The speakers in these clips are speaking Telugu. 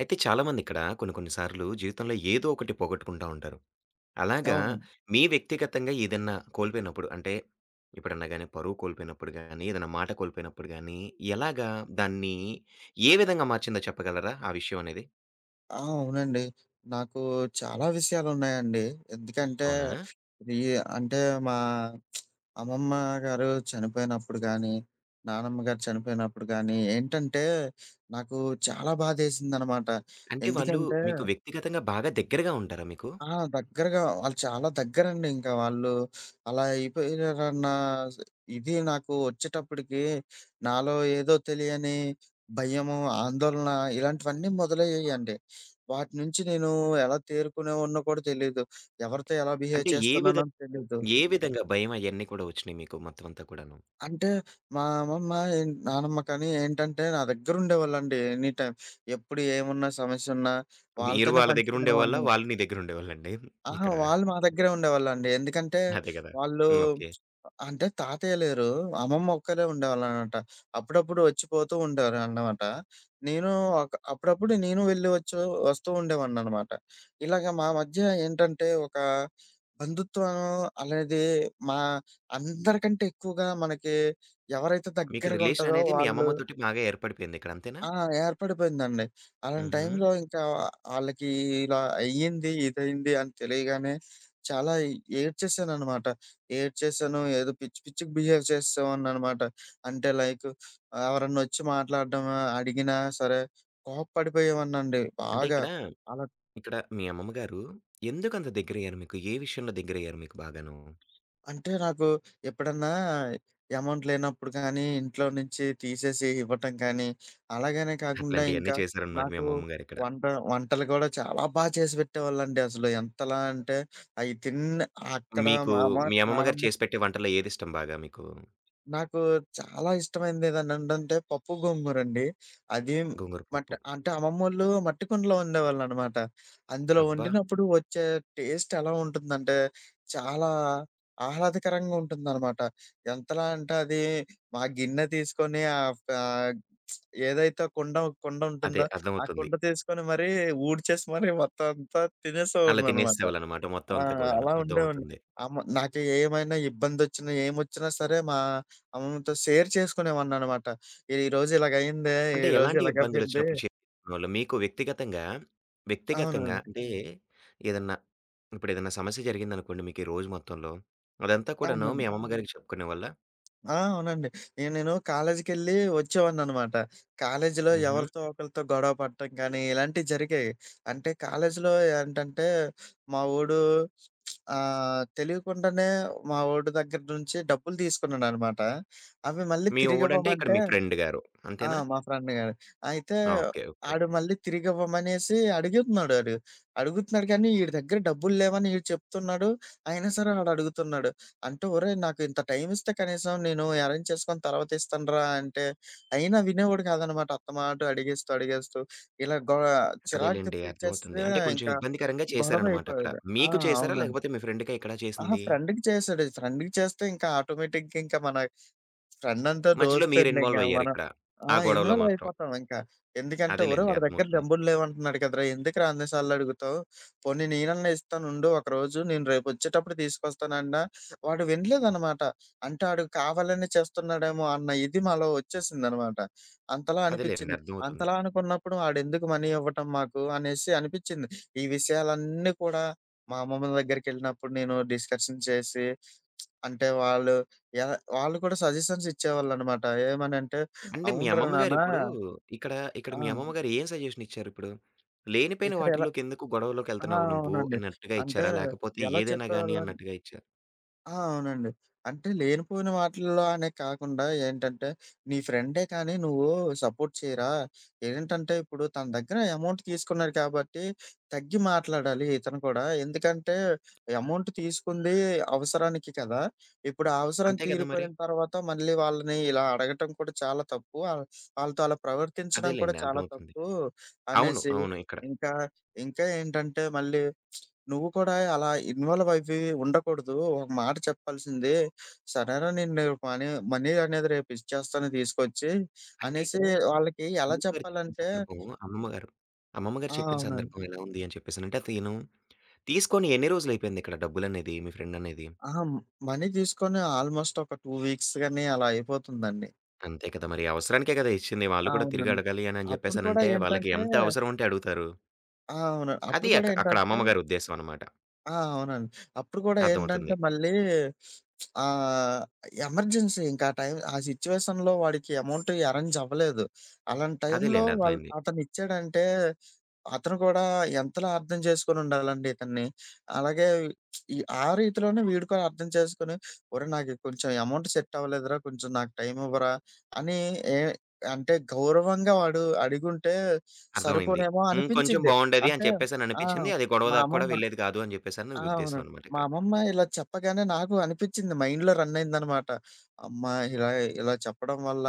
అయితే చాలామందిక్కడ కొన్ని కొన్ని సార్లు జీవితంలో ఏదో ఒకటి పోగొట్టుకుంటా ఉంటారు. అలాగా, అవును. మీ వ్యక్తిగతంగా ఏదన్నా కోల్పోయినప్పుడు అంటే ఎప్పుడన్నా గాని పరువు కోల్పోయినప్పుడు గాని, ఏదైనా మాట కోల్పోయినప్పుడు గాని, ఎలాగా దాన్ని ఏ విధంగా మార్చిందో చెప్పగలరా ఆ విషయం అనేది? ఆ! అవునండి. నాకు చాలా విషయాలున్నాయండి. ఎందుకంటే, అవునా? ఈ అంటే మా అమ్మమ్మ గారు చనిపోయినప్పుడు గానీ, నానమ్మ గారు చనిపోయినప్పుడు గానీ ఏంటంటే, నాకు చాలా బాధేసిందనమాట. అంటే వాళ్ళు ఎందుకంటే మీకు వ్యక్తిగతంగా బాగా దగ్గరగా ఉంటారా మీకు? ఆ! దగ్గరగా వాళ్ళు చాలా దగ్గరండి ఇంకా. వాళ్ళు అలా అయిపోయారన్న ఇది నాకు వచ్చేటప్పటికి నాలో ఏదో తెలియని భయము, ఆందోళన ఇలాంటివన్నీ మొదలయ్యాయండి. వాటి నుంచి నేను ఎలా తేరుకునేవాడినో కూడా తెలీదు. ఎవరితో ఎలా బిహేవ్ అంటే చేస్తున్నానో తెలీదు. ఏ విధంగా భయం అయన్నీ కూడా వచ్చినాయి మీకు మొత్తం అంతా కూడాను? అంటే మా అమ్మమ్మ, ఏన్ నానమ్మ కానీ ఏంటంటే నా దగ్గరుండేవాళ్ళండి ఎనీ టైమ్. ఎప్పుడు ఏమున్నా సమస్యున్నా మీరు వాళ్ళతోనే వాళ్ళ దగ్గర ఉండేవాళ్ళా? పంచుకునేవాడిని. వాళ్ళు నీ దగ్గర ఉండేవాళ్ళండి అహా! ఇక్కడ? వాళ్ళు మా దగ్గరే ఉండేవాళ్ళండి. ఎందుకంటే అదే కదా! వాళ్ళు హ్మ్. ఓకే. అంటే తాతయ్య లేరు. అమ్మమ్మ ఒక్కరే ఉండేవాళ్ళనమాట. అప్పుడప్పుడు వచ్చి పోతూ ఉండేవారనమాట. నేను ఒక అప్పుడప్పుడు నేను వెళ్ళి వచ్చి వస్తూ ఉండేవాడిననమాట. ఇలాగ మా మధ్య ఏంటంటే ఒక బంధుత్వం అనేది మా అందరికంటే ఎక్కువగా మనకి ఎవరైతే మీకు దగ్గరగా రిలేషన్ ఉంటారో అనేది మీ వాళ్ళు అమ్మమ్మతోటి బాగా ఏర్పడిపోయింది ఇక్కడ అంతేనా? ఆ! ఏర్పడిపోయిందండి. అలాంటి హుహు. టైంలో ఇంకా ఆళ్ళకి ఇలా అయ్యింది, ఇదయింది అని తెలియగానే చాలా ఏడ్చేసాననమాట. ఏడ్చేసాను. ఏదో పిచ్చి పిచ్చికి బిహేవ్ చేసేవాడిననమాట. అంటే లైక్ ఎవరన్నొచ్చి మాట్లాడడం అడిగినా సరే కోప్పడిపోయేవాడినండి అంటే బాగా. ఇక్కడ, అలా ఇక్కడ మీ అమ్మమ్మగారు ఎందుకంత దగ్గరయ్యారు మీకు? ఏ విషయంలో దగ్గరయ్యారు మీకు బాగాను? అంటే నాకు ఎప్పుడన్నా ఎమౌంట్ లేనప్పుడు కానీ, ఇంట్లో నుంచి తీసేసి ఇవ్వటం కానీ, అలాగనే కాకుండా అట్లాంటియన్నీ ఇంకా చేశారనమాట మీ నాకు అమ్మమ్మ గారిక్కడ. వంట వంటలు గూడా చాలా బా చేసి పెట్టేవాళ్ళండి అసలు. ఎంతలా అంటే అయి తిన్న అక్కడ మీకు మా అమ్మ, మీ అమ్మమ్మ గారు నానమ్మ చేసి పెట్టే వంటల్లో ఏదిష్టం బాగా మీకు? నాకు చాలా ఇష్టమైనదేదనంటే పప్పు గోంగూరండి. అది గోంగూర మట్ పప్పు. అంటే అమ్మమ్మోళ్ళు మట్టి కుండలో వండేవాళ్ళనమాట. అందులో అబ్బా! వండినప్పుడు వచ్చే టేస్ట్ ఎలా ఉంటుందంటే, చాలా ఆహ్లాదకరంగా ఉంటుందనమాట. ఎంతలా అంటే అది మా గిన్నె తీసుకొని ఆహ్, ఫ ఏదైతే కుండ, కుండ అదే ఉంటుందో, ఆ అర్థమవుతుంది. కుండ తీసుకొని మరీ ఊడ్చేసి మరీ మొత్తం అంతా అలా తినేసేవాడిననమాట. తినేసేవాళ్ళనమాట మొత్తం ఆ! అంతా కూడాను. అలా ఉండేవాడిని. అర్థమవుతుంది. అమ్మ నాకు ఏమైనా ఇబ్బందొచ్చినా, ఏమొచ్చినా సరే మా అమ్మమ్మతో షేర్ చేసుకునేవాడిననమాట. ఈరోజు ఇలాగయిందే, అంటే ఈరోజు ఎలాంటి ఇలాగవ్వింది. ఇబ్బందులొచ్చినప్పుడు చేరుకునేవాళ్ళు? మీకు వ్యక్తిగతంగా, వ్యక్తిగతంగా అవునండి. అంటే ఏదన్నా ఇప్పుడేదన్నా సమస్య జరిగిందనుకోండి మీకు ఈ రోజు మొత్తంలో, అదంతా కూడాను మీ అవునండి. అమ్మమ్మ హ్మ్ గారికి చెప్పుకునేవాళ్ళా? ఆ! అవునండి. ఇగ నేను కాలేజీకెళ్ళి వచ్చేవాడిననమాట. కాలేజీలో హుహు. ఎవరితో ఒకళ్ళతో గొడవ పడటం కానీ, ఇలాంటివి జరిగాయి. అంటే కాలేజీలో ఏంటంటే, మా వోడు తెలియకుండానే మా వోడు దగ్గర నుంచి డబ్బులు తీసుకున్నాడనమాట. అవి మళ్ళీ మీ వోడంటే ఇక్కడ తిరిగివ్వమంటే మీ ఫ్రెండ్ గారు. ఆ! అంతేనా? మా ఫ్రెండ్ గాడు. అయితే ఆ! ఓకే. ఓకే. ఆడు మళ్ళీ తిరిగివ్వమనేసి అడుగుతున్నాడు ఆడు. అడుగుతున్నాడు కానీ ఈడి దగ్గర డబ్బులు లేవని ఈడు చెప్తున్నాడు. అయినా సరే ఆడడుగుతున్నాడు. అంటే ఒరేయ్! నాకు ఇంత టైమ్ ఇస్తే కనీసం నేను అరేంజ్ చేసుకొని తర్వాత ఇస్తానురా అంటే, అయినా వినేవాడు కాదనమాట. అత్తమాటు అడిగేస్తూ, అడిగేస్తూ ఇలా గొ చిరాకు అదేలెండి. అర్థమవుతుంది. తెప్పించేస్తే అంటే కొంచెం ఇంకా ఇబ్బందికరంగా గొడవ చేశారనమాట అక్కడ. అయిపోయేది. ఆ! మీకు చేశారా? అవునండి. లేకపోతే మీ ఫ్రెండ్‌కా ఇక్కడ ఆహా! చేసింది? ఫ్రెండ్‌కి చేశాడు. ఫ్రెండ్‌కి చేస్తే ఇంకా ఆటోమేటిక్‌గా ఇంకా మన ఫ్రెండ్ అంటే మధ్యలో దోస్త్ మీరు అండి ఇంక ఇన్వాల్వ్ మనం. అయ్యారిక్కడ. ఆ! ఆ గొడవలో ఇన్వాల్వ్ మాత్రం. అయిపోతాం ఇంకా. ఎందుకంటే ఒరేయ్! అదేలెండి. వాడి దగ్గర అర్థమవుతుంది. డబ్బులు లేవంటున్నాడు కదరా! ఎందుకురా అన్ని సార్లు అడుగుతావు? పోనీ నేనన్నా ఇస్తాను ఉండు ఒకరోజు. నేను రేపొచ్చేటప్పుడు తీసుకొస్తానన్నా, వాడు వినలేదనమాట. అంటే ఆడు కావాలనే చేస్తున్నాడేమో అన్న ఇది మాలో వచ్చేసిందనమాట. అంతలా అదేలెండి. అనిపిచ్చింది. అర్థమవుతుంది. అంతలా అనుకున్నప్పుడు ఆడెందుకు మనీ ఇవ్వటం మాకు అనేసి అనిపిచ్చింది. ఈ విషయాలన్నీ కూడా మా అమ్మమ్మ దగ్గరికెళ్ళినప్పుడు నేను డిస్కషన్ చేసి అంటే వాళ్ళు యాహ్! వాళ్ళు కూడా సజెషన్స్ ఇచ్చేవాళ్ళనమాట. ఏమనంటే, అంటే మీ "అవునురా అమ్మమ్మ నాన్న". గారిప్పుడు ఇక్కడ, ఇక్కడ ఆ! మీ అమ్మమ్మ గారు ఏం సజెషన్ ఇచ్చారిప్పుడు? లేనిపోయిన ఇక్కడ ఎలా వాటిల్లోకెందుకు ఆ! గొడవలోకెళ్తున్నావు నువ్వు అవునండి. అన్నట్టుగా అంటే ఇచ్చారా? లేకపోతే ఎలా ఏదైనా గాని చెప్పేవాళ్ళం? అన్నట్టుగా ఇచ్చారా? ఆ! అవునండి. అంటే లేనిపోయిన వాటిల్లో అనే కాకుండా ఏంటంటే, "నీ ఫ్రెండే కానీ నువ్వు సపోర్ట్ చేయరా? ఏంటంటే ఇప్పుడు తన దగ్గర అమౌంట్ తీసుకున్నాడు కాబట్టి, తగ్గి మాట్లాడాలి ఇతను కూడా. ఎందుకంటే అమౌంట్ తీసుకుంది అవసరానికి కదా! ఇప్పుడు ఆ అవసరం అంతే కదా మరి. తీరిపోయిన తర్వాత మళ్ళీ వాళ్ళని ఇలా అడగటం కూడా చాలా తప్పు. వాళ్ళతో అలా ప్రవర్తించడం కూడా అదేలెండి చాలా అర్థమవుతుంది. తప్పు" అవును. అనేసి అవును. ఇక్కడ. ఇంకా, ఇంకా ఏంటంటే మళ్ళీ నువ్వు కూడా అలా ఇన్వాల్వ్ అవ్వి ఉండకూడదు. ఒక మాట చెప్పాల్సింది. సరేరా నేను రేపు మనీ మనీ అనేది రేపు ఇచ్చేస్తాను తీసుకొచ్చి అంటే అనేసి ఇక్కడ వాళ్ళకి ఎలా అమ్మమ్మ గారు చెప్పిన చెప్పాలంటే సందర్భం, అమ్మమ్మ గారు అమ్మమ్మ గారు ఆ! చెప్పిన అవునండి. సందర్భం ఎలా ఉంది అని చెప్పేసనంటే, తిను తీసుకొని ఎన్ని రోజులయిపోయిందిక్కడ డబ్బులనేది మీ ఫ్రెండనేది? అహా! మనీ తీసుకొని ఆల్‌మోస్ట్ ఒక 2 వీక్స్ గాని అలా అయిపోతుందండి. అంతే కదా! మరి అవసరానికే కదా ఇచ్చింది. ఆ, వాళ్ళు కూడా తిరిగి అవునండి. అడగాలి అని అని అప్పుడు కూడా చెప్పేసనంటే వాళ్ళకి ఏంటంటే ఎంత అవసరం ఉంటే అడుగుతారు. ఆ! అవును. అప్పుడు అది కూడా అక్కడ ఏంటంటే అమ్మమ్మ గారి ఉద్దేశం అనమాట. ఆ! అవునండి. అప్పుడు కూడా ఏంటంటే అర్థమవుతుంది. మళ్ళీ ఆహ్, ఎమర్జెన్సీ ఇంకా ఆ టైం ఆ సిట్యుయేషన్‌లో వాడికి అమౌంట్ అరేంజ్ అవ్వలేదు. అలాంటి టైంలో అదేలెండి. వాళ్ళు అర్థమైంది. అతనిచ్చాడంటే అతను కూడా ఎంతలా అర్థం చేసుకొని ఉండాలండి ఇతన్ని. అలాగే ఈ ఆ రీతిలోనే వీడు కూడా అర్థం చేసుకొని ఒరేయ్! నాకు కొంచెం అమౌంట్ సెట్ అవ్వలేదురా! కొంచెం నాకు టైం ఇవ్వరా! అని ఏ అంటే గౌరవంగా వాడు అడిగుంటే అర్థమైంది. సరిపోనేమో హ్మ్. కొంచెం అనిపించింది. బావుండేది అని అంటే చెప్పేసని ఆ! అనిపించింది. అది గొడవ మా దాకా కూడా అమ్మమ్మ వెళ్ళేది కాదు అని చెప్పేసని ఆ! అవును. ఉద్దేశ్యం అనమాట మా ఇక్కడ. అమ్మమ్మ ఇలా చెప్పగానే నాకు అనిపిచ్చింది. మైండ్‌లో రన్ అయిందనమాట. అమ్మా! ఇలా ఇలా చెప్పడం వల్ల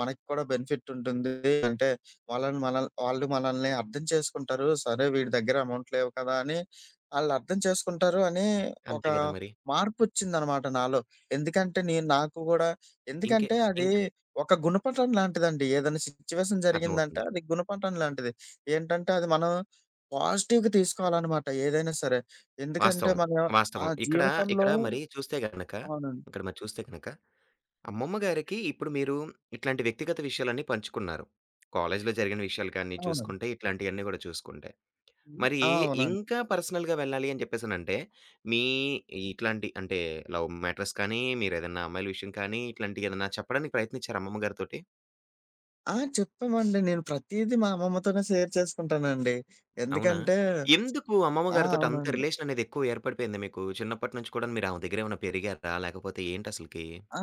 మనకి కూడా బెనిఫిట్ ఉంటుంది. అంటే వాళ్ళని మనల్ వాళ్ళు మనల్ని అర్థం చేసుకుంటారు. సరే వీడి దగ్గర అమౌంట్ లేవు కదా! అని ఆళ్ళు అర్థం చేసుకుంటారు అని ఒక అంతే కదా మరి. మార్పొచ్చిందనమాట నాలో. ఎందుకంటే నేను నాకు గూడా ఇంకే ఎందుకంటే అది ఇంక్ ఒక గుణపాఠం లాంటిదండి. ఏదైనా సిచ్యువేషన్ జరిగిందంటే అర్థమవుతుంది. అది గుణపాఠం లాంటిది. ఏంటంటే అది మనం పాజిటివ్‌గా తీసుకోవాలనమాట ఏదైనా సరే. ఎందుకంటే వాస్తవం. మనం ఆ వాస్తవం. ఇక్కడ, జీవితంలో ఇక్కడ మరి చూస్తే గనక, అవునండి. ఇక్కడ మరి చూస్తే గనక అమ్మమ్మ గారికి ఇప్పుడు మీరు ఇట్లాంటి వ్యక్తిగత విషయాలన్నీ పంచుకున్నారు. కాలేజ్‌లో జరిగిన విషయాలు కానీ అవునండి. చూసుకుంటే, ఇట్లాంటియన్నీ కూడా చూసుకుంటే హ్మ్. మరి ఆ! అవునండి. ఇంకా పర్సనల్‌గా వెళ్ళాలి అని చెప్పేసనంటే, మీ ఇట్లాంటి అంటే లవ్ మ్యాటర్స్ కానీ, మీరేదన్నా అమ్మాయిల విషయం కానీ, ఇట్లాంటియి ఏదన్నా చెప్పడానికి ప్రయత్నించారా అమ్మమ్మ గారితోటి? ఆ! చెప్పామండి. నేను ప్రతీదీ మా అమ్మమ్మతోనే షేర్ చేసుకుంటానండి. అవునా? ఎందుకంటే ఎందుకు అమ్మమ్మ ఆ! గారితోటి అంత అవునండి. రిలేషన్ అనేది ఎక్కువ ఏర్పడిపోయింది మీకు? చిన్నప్పటి నుంచి కూడా మీరు ఆమె దగ్గర ఏమైనా పెరిగారా? లేకపోతే ఏంటసలకి? ఆ!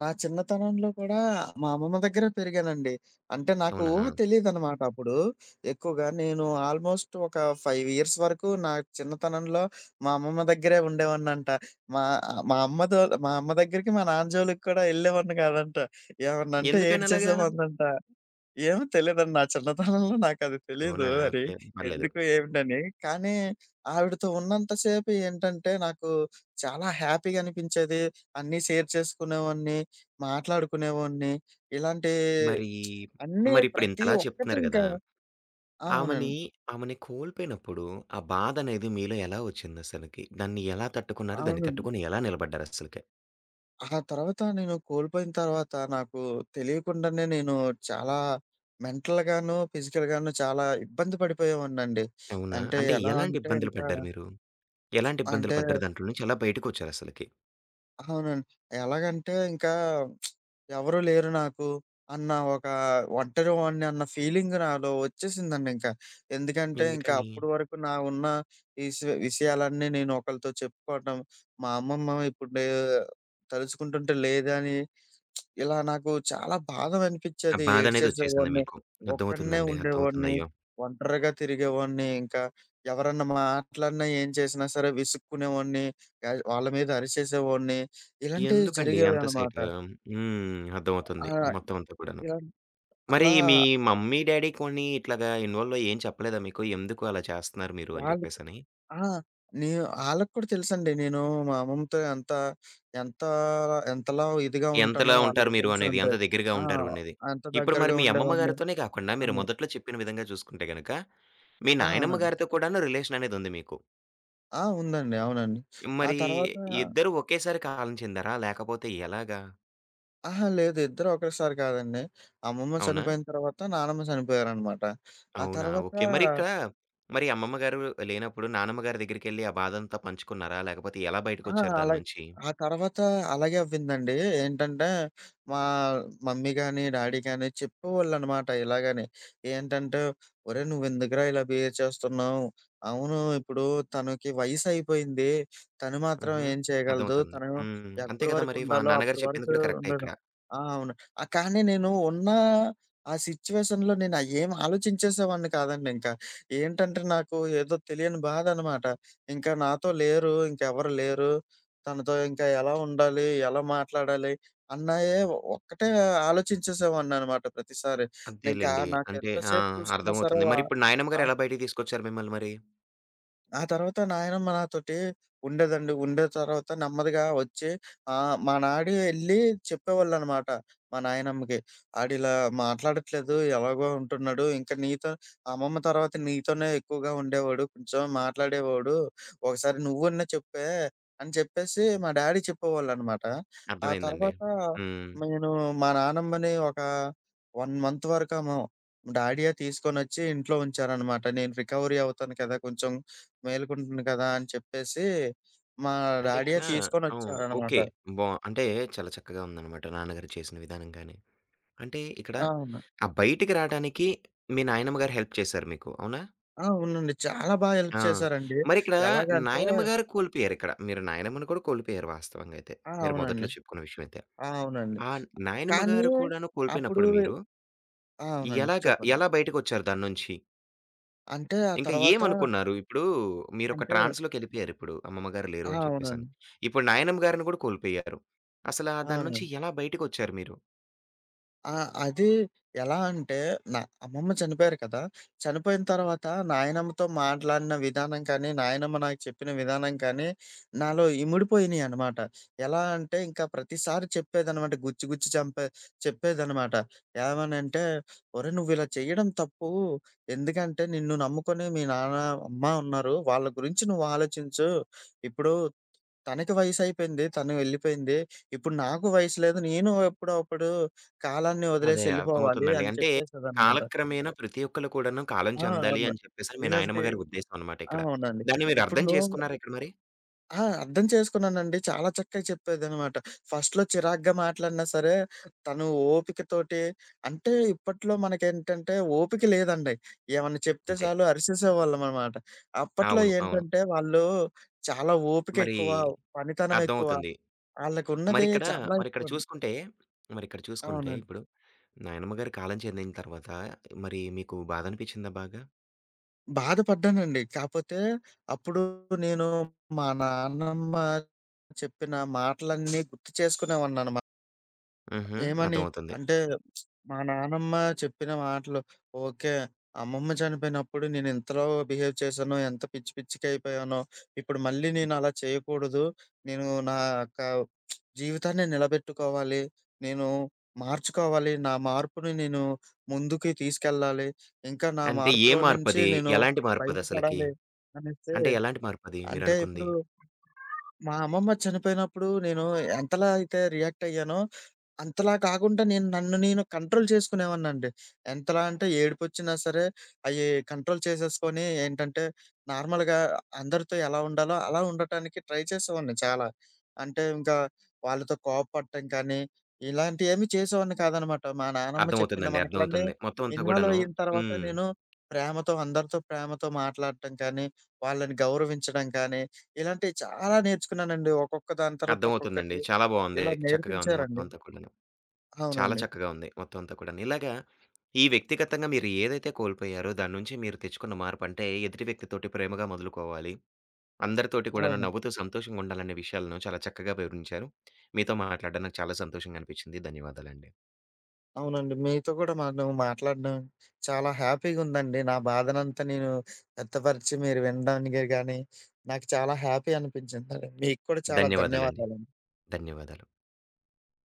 నా చిన్నతనంలో కూడా మా అమ్మమ్మ దగ్గర పెరిగానండి. అంటే నాకు అవునా? ఊహ తెలీదనమాట అప్పుడు. ఎక్కువగా నేను ఆల్మోస్ట్ ఒక 5 ఇయర్స్ వరకు నా చిన్నతనంలో మా అమ్మమ్మ దగ్గరే ఉండేవాడినంట. మా మా అమ్మ దో మా అమ్మ దగ్గరికి మా నాన్న జోలికి కూడా ఎళ్ళేవాడిని కాదంట. ఏమన్నా అంటే ఎందుకని అలాగా? ఏడ్చేసేవాడినంట. ఏమో తెలీదండి. నా చిన్నతనంలో నాకది తెలీదు అవునా? మరి. ఓకే. పర్లేదు. ఎందుకు ఏమిటని. కానీ ఆవిడతో ఉన్నంత సేపు ఏంటంటే నాకు చాలా హ్యాపీగా అనిపించేది. అన్నీ షేర్ చేసుకునేవాడిని, మాట్లాడుకునేవాడిని. ఇలాంటి మరి అన్నీ మరిప్పుడు ప్రతి ఇంతలా ఒక్కటి చెప్తున్నారు ఇంకా గదా! ఆ! ఆమెని, అవునండి. ఆమెని కోల్పోయినప్పుడు ఆ బాధనేది మీలో ఎలా ఒచ్చిందసలకి? దాన్ని ఎలా తట్టుకున్నారు? దాన్ని అవునండి. తట్టుకొని ఎలా నిలబడ్డారసలకి? ఆ తర్వాత నేను కోల్పోయిన తర్వాత నాకు తెలియకుండానే నేను చాలా మెంటల్‌గాను, ఫిజికల్‌గాను చాలా ఇబ్బంది పడిపోయేవాడినండి. అవునా? అంటే అంటే ఎలా ఎలాంటి అంటే ఇబ్బందులు ఇంకా పడ్డారు మీరు? ఎలాంటి ఇబ్బందులు అంటే పడ్డారు? దాంట్లో నుంచి ఎలా బయటికొచ్చారసలకి? అవునండి. ఎలాగంటే ఇంకా ఎవరు లేరు నాకు అన్న ఒక ఒంటరివాడిని అన్న ఫీలింగ్ నాలో వచ్చేసిందండి ఇంకా. ఎందుకంటే ఇంకా ఎందుకని? అప్పటి వరకు నా ఉన్న ఈ విషయాలన్నీ నేను ఒకళ్ళతో చెప్పుకోవటం. మా అమ్మమ్మ ఇప్పుడు లే తలుచుకుంటుంటే లేదని ఇలా నాకు చాలా బాధ ఆ అనిపించేది. బాధనేది ఒచ్చేసింది ఏడ్చేసేవాడిని. మీకు. ఒక్కడినే అర్థమవుతుందండి. అర్థమవుతుంది. ఉండేవాడిని. అయ్యో! ఒంటరిగా తిరిగేవాడిని. ఇంకా ఎవరన్నా మాట్లాడినా, ఏం చేసినా సరే విసుక్కునేవాడిని. వాళ్ళ మీద అరిచేసేవాడిని. ఇలాంటివి ఎందుకండి అంత జరిగేవనమాట. సేటు? హ్మ్. ఆ! అర్థమవుతుంది. మొత్తం అంతా కూడాను. ఇలా మరి అలా మీ మమ్మీ, డ్యాడీ కొని ఇట్లాగా ఇన్వాల్వ్ అయ్యి ఏం చెప్పలేదా మీకు? ఎందుకు అలా చేస్తున్నారు మీరు అని వాళ్ళు జెప్పేసని? ఆ! నే ఆళ్ళకి కూడా తెలుసండి. నేను మా అమ్మమ్మతో ఎంత ఎంత ఎంతలా ఇదిగా ఉంటానో ఎంతలా ఉంటారు వాళ్ళకి మీరు తెలుసు అనేది, అంటే. ఎంత దగ్గరగా ఆ! ఉంటారు అనేది. ఎంత ఇప్పుడు మరి దగ్గరగా మీ అమ్మమ్మ ఉండేవాడిని గారితోనే కాకుండా, మీరు అని. మొదట్లో చెప్పిన విధంగా చూసుకుంటే గనక, మీ ఆ! నాయనమ్మ అవునండి. గారితో కూడాను రిలేషన్ అనేదుంది మీకు. ఆ! ఉందండి. అవునండి. ఆ మరి తర్వాత ఇద్దరు ఒకేసారి కాలం చెందారా? లేకపోతే ఎలాగా? అహా! లేదు. ఇద్దరు ఒకేసారి కాదండి. అమ్మమ్మ అవునా? చనిపోయిన తర్వాత నానమ్మ చనిపోయారనమాట. ఆ అవునా? తర్వాత ఓకే. మరి ఇక్కడ మరి అమ్మమ్మ గారు లేనప్పుడు నానమ్మ గారి దగ్గరికెళ్ళి ఆ బాధంతా పంచుకున్నారా? లేకపోతే ఎలా ఆ! బయటకొచ్చారు అలా దాని నుంచి? ఆ తర్వాత అలాగే అవ్విందండి. ఏంటంటే, మా మమ్మీ గాని, డ్యాడీ గాని చెప్పేవాళ్ళనమాట ఇలాగని. ఏంటంటే, "ఒరేయ్! నువ్వెందుకురా ఇలా బిహేవ్ చేస్తున్నావు? అవును ఇప్పుడు తనకి వయసయిపోయింది. తను మాత్రం హుహు. ఏం చేయగలదు. అర్థమవుతుంది. తను హ్మ్. అంతే ఎప్పటి కదా! వరకు మరి మా ఉండాలో నాన్నగారు అప్పటి చెప్పింది వరకు కూడా కరెక్టే ఇక్కడ. ఉండడం". ఆ! అవును. కానీ నేను ఉన్న ఆ సిట్యుయేషన్‌లో నేను అయ్యేం ఆలోచించేసేవాడిని కాదండింక. ఏంటంటే, నాకు ఏదో తెలియని బాధనమాట. ఇంకా నాతో లేరు. ఇంకెవరు లేరు. తనతో ఇంకా ఎలా ఉండాలి? ఎలా మాట్లాడాలి? అన్నాయే ఒక్కటే ఆలోచించేసేవాడిననమాట ప్రతిసారి. ఇంకా అంతేలెండి. నాకు అంటే ఆ! ఎంతసేపు చూసుకున్నా సరే అర్థమవుతుంది. వా మరిప్పుడు నాయనమ్మ ఆ గారు ఎలా బయటికి తీసుకొచ్చారు మిమ్మల్ని మరి? ఆ తర్వాత నాయనమ్మ నాతోటి ఉండేదండి. ఉండే తర్వాత నెమ్మదిగా వచ్చి మా డాడీ ఎళ్లి చెప్పేవాళ్ళనమాట. మా నాయనమ్మకి. "ఆడిలా మాట్లాడట్లేదు. ఎలాగో ఉంటున్నాడు. ఇంకా నీతో అమ్మమ్మ తర్వాత నీతోనే ఎక్కువగా ఉండేవాడు. కొంచెం మాట్లాడేవాడు. ఒకసారి నువ్వన్నా చెప్పే" అని చెప్పేసి మా డాడీ చెప్పేవాళ్ళనమాట. ఆ అర్థమైందండి. తర్వాత హ్మ్. నేను మా నానమ్మని ఒక 1 మంత్ వరకేమో డాడీయే తీసుకొనొచ్చి ఇంట్లో ఉంచారనమాట. నేను రికవరీ అవుతాను కదా! కొంచెం మేలుకుంటుంది కదా! అని చెప్పేసి మా అంటే ఇక్కడ డ్యాడీయే అవును. తీసుకొనొచ్చారనమాట. ఓకే. బా అంటే చాలా చక్కగా ఉందనమాట నాన్నగారు చేసిన విధానం గాని. అంటే ఇక్కడ అవును. ఆ బయటికి రాడానికి మీ నాయనమ్మ గారు హెల్ప్ చేశారు మీకు. అవునా? ఆ! అవునండి. చాలా బా హెల్ప్ ఆ! చేశారండి. మరిక్కడ ఎలాగంటే నాయనమ్మ గారు కోల్పోయారిక్కడ. మీరు నాయనమ్మను కూడా కోల్పోయారు వాస్తవంగా అయితే. ఆ! మీరు అవునండి. మొదట్లో చెప్పుకున్న విషయం అయితే. ఆ! అవునండి. ఆ, నాయనమ్మ కానీ గారు కూడాను అప్పుడు కోల్పోయినప్పుడు మీరు ఆ! అవునండి. ఎలాగా చెప్పండి. ఎలా బయటకొచ్చారు దాన్నుంచి? అంటే ఆ ఇంకా తర్వాత ఏమనుకున్నారు? ఇప్పుడు మీరొక అంటే ట్రాన్స్‌లోకెళ్ళిపోయారిప్పుడు. అమ్మమ్మ గారు ఆ! లేరు అని చెప్పేసని. అవునండి. ఇప్పుడు నాయనమ్మ గారిని కూడా కోల్పోయారు. అసల దాని నుంచి అవునండి. ఎలా బయటికొచ్చారు మీరు? ఆ! అది ఎలా అంటే, నా అమ్మమ్మ చనిపోయారు కదా! చనిపోయిన తర్వాత నాయనమ్మతో మాట్లాడిన విధానం కానీ, నాయనమ్మ నాకు చెప్పిన విధానం కానీ, నాలో ఇమిడిపోయినియనమాట. ఎలా అంటే, ఇంకా ప్రతిసారి చెప్పేదనమాట. గుచ్చి గుచ్చి చంపే చెప్పేదనమాట. ఏమనంటే, "ఒరేయ్! నువ్విలా చేయడం తప్పు. ఎందుకంటే, నిన్ను నమ్ముకొని మీ నాన్న, అమ్మ ఉన్నారు. వాళ్ళ గురించి నువ్వు ఆలోచించు. ఇప్పుడు" తనకి వయసయిపోయింది. తను వెళ్ళిపోయింది. ఇప్పుడు నాకు వయసు లేదు. నేను ఎప్పుడో అప్పుడు కాలాన్ని అదే వదిలేసి ఎళ్ళిపోవాలి అర్థమవుతుందండి. అని అంటే చెప్పేసేదనమాట. కాలక్రమేణా ప్రతి ఒక్కళ్ళు కూడాను కాలం ఆ! చెందాలి అవును. అని చెప్పేసని మీ ఇలాంటి నాయనమ్మ గారి ఉద్దేశం అన్నమాట ఆ! ఇక్కడ. అవునండి. దాన్ని మీరు ఇప్పుడు అర్థం నువ్వు చేసుకున్నారా ఇక్కడ మరి? ఆ! అర్థం చేసుకున్నానండి. చాలా చక్కగా చెప్పేదనమాట. ఫస్ట్‌లో చిరాగ్గా మాట్లాడినా సరే, తను ఓపికతోటి అంటే ఇప్పట్లో మనకేంటంటే ఓపిక లేదండి. ఏమన్నా చెప్తే అంతే. చాలు అరిసేసేవాళ్ళమనమాట. అప్పట్లో అవును. అవును. ఏంటంటే వాళ్ళు చాలా ఓపిక మరి ఎక్కువ, పనితనం ఎక్కువ. అర్థమవుతుంది. ఆళ్ళకున్నది మరిక్కడ చాలా మరిక్కడ ఎక్కువండి. చూసుకుంటే, మరిక్కడ చూసుకుంటే అవునండి. ఇప్పుడు నాయనమ్మ గారు కాలం చెందిన తర్వాత మరి మీకు బాధనిపిచ్చిందా బాగా? బాధపడ్డానండి. కాపోతే అప్పుడు నేను మా నాన్నమ్మ చెప్పిన మాటలన్నీ గుర్తు చేసుకునేవాడిననమాట. హుహు. ఏమని? అర్థమవుతుంది. అంటే మా నానమ్మ చెప్పిన మాటలు ఓకే. అమ్మమ్మ చనిపోయినప్పుడు నేనింతలా బిహేవ్ చేశానో, ఎంత పిచ్చి పిచ్చికయిపోయానో, ఇప్పుడు మళ్ళీ నేనలా చేయకూడదు. నేను నా యొక్క జీవితాన్ని నిలబెట్టుకోవాలి. నేను మార్చుకోవాలి. నా మార్పుని నేను ముందుకి తీసుకెళ్ళాలి. ఇంకా నా అంటే ఏ మార్పులో నుంచి మార్పది? నేను ఎలాంటి మార్పదసలకి? బయటపడాలి అనేసి అంటే ఎలాంటి మార్పది అంటే మీరనుకుంది? ఇప్పుడు మా అమ్మమ్మ చనిపోయినప్పుడు నేను ఎంతలా అయితే రియాక్ట్ అయ్యానో, అంతలా కాకుండా నేను నన్ను నేను కంట్రోల్ చేసుకునేవాడినండి. ఎంతలా అంటే ఏడుపొచ్చినా సరే, అయి కంట్రోల్ చేసేసుకొని ఏంటంటే, నార్మల్‌గా అందరితో ఎలా ఉండాలో అలా ఉండటానికి ట్రై చేసేవాడిని చాలా. అంటే ఇంకా వాళ్ళతో కోపపడటం కానీ, ఇలాంటియేమీ చేసేవాడిని కాదనమాట. మా నానమ్మ చెప్పిన అర్థమవుతుందండి. మాటలన్నీ అర్థమవుతుంది. మొత్తం అంతా ఇన్వాల్వ్ గూడాను. అయిన తర్వాత హ్మ్. నేను ప్రేమతో అందరితో ప్రేమతో మాట్లాడటం కానీ వాళ్ళని గౌరవించడం కానీ, ఇలాంటివి చాలా నేర్చుకున్నానండి. ఒక్కొక్క దాని తర్వాత అర్థమవుతుందండి. ఒక్కొక్కటి చాలా బావుంది. ఇలా చక్కగా ఉంది మొత్తం నేర్పించారండి. అంతా కూడాను. చాలా అవునండి. చక్కగా ఉంది మొత్తం అంతా కూడాను. ఇలాగా ఈ వ్యక్తిగతంగా మీరు ఏదైతే కోల్పోయారో దాని నుంచి మీరు తెచ్చుకున్న మార్పంటే ఎదుటి వ్యక్తితోటి ప్రేమగా మొదలుకోవాలి. అందరితోటి కూడాను అవును. నవ్వుతూ సంతోషంగా ఉండాలనే విషయాలను చాలా చక్కగా వివరించారు. మీతో మాట్లాడడం నాకు చాలా సంతోషంగా అనిపించింది. ధన్యవాదాలండి. అవునండి. మీతో కూడా మనం మాట్లాడడం చాలా హ్యాపీగుందండి. నా బాధనంతా నేను వ్యక్తపరిచి మీరు వినడానికి గాని, నాకు చాలా హ్యాపీ అనిపించిందండి. మీకు కూడా చాలా ధన్యవాదాలండి. ధన్యవాదాలండి. ధన్యవాదాలు.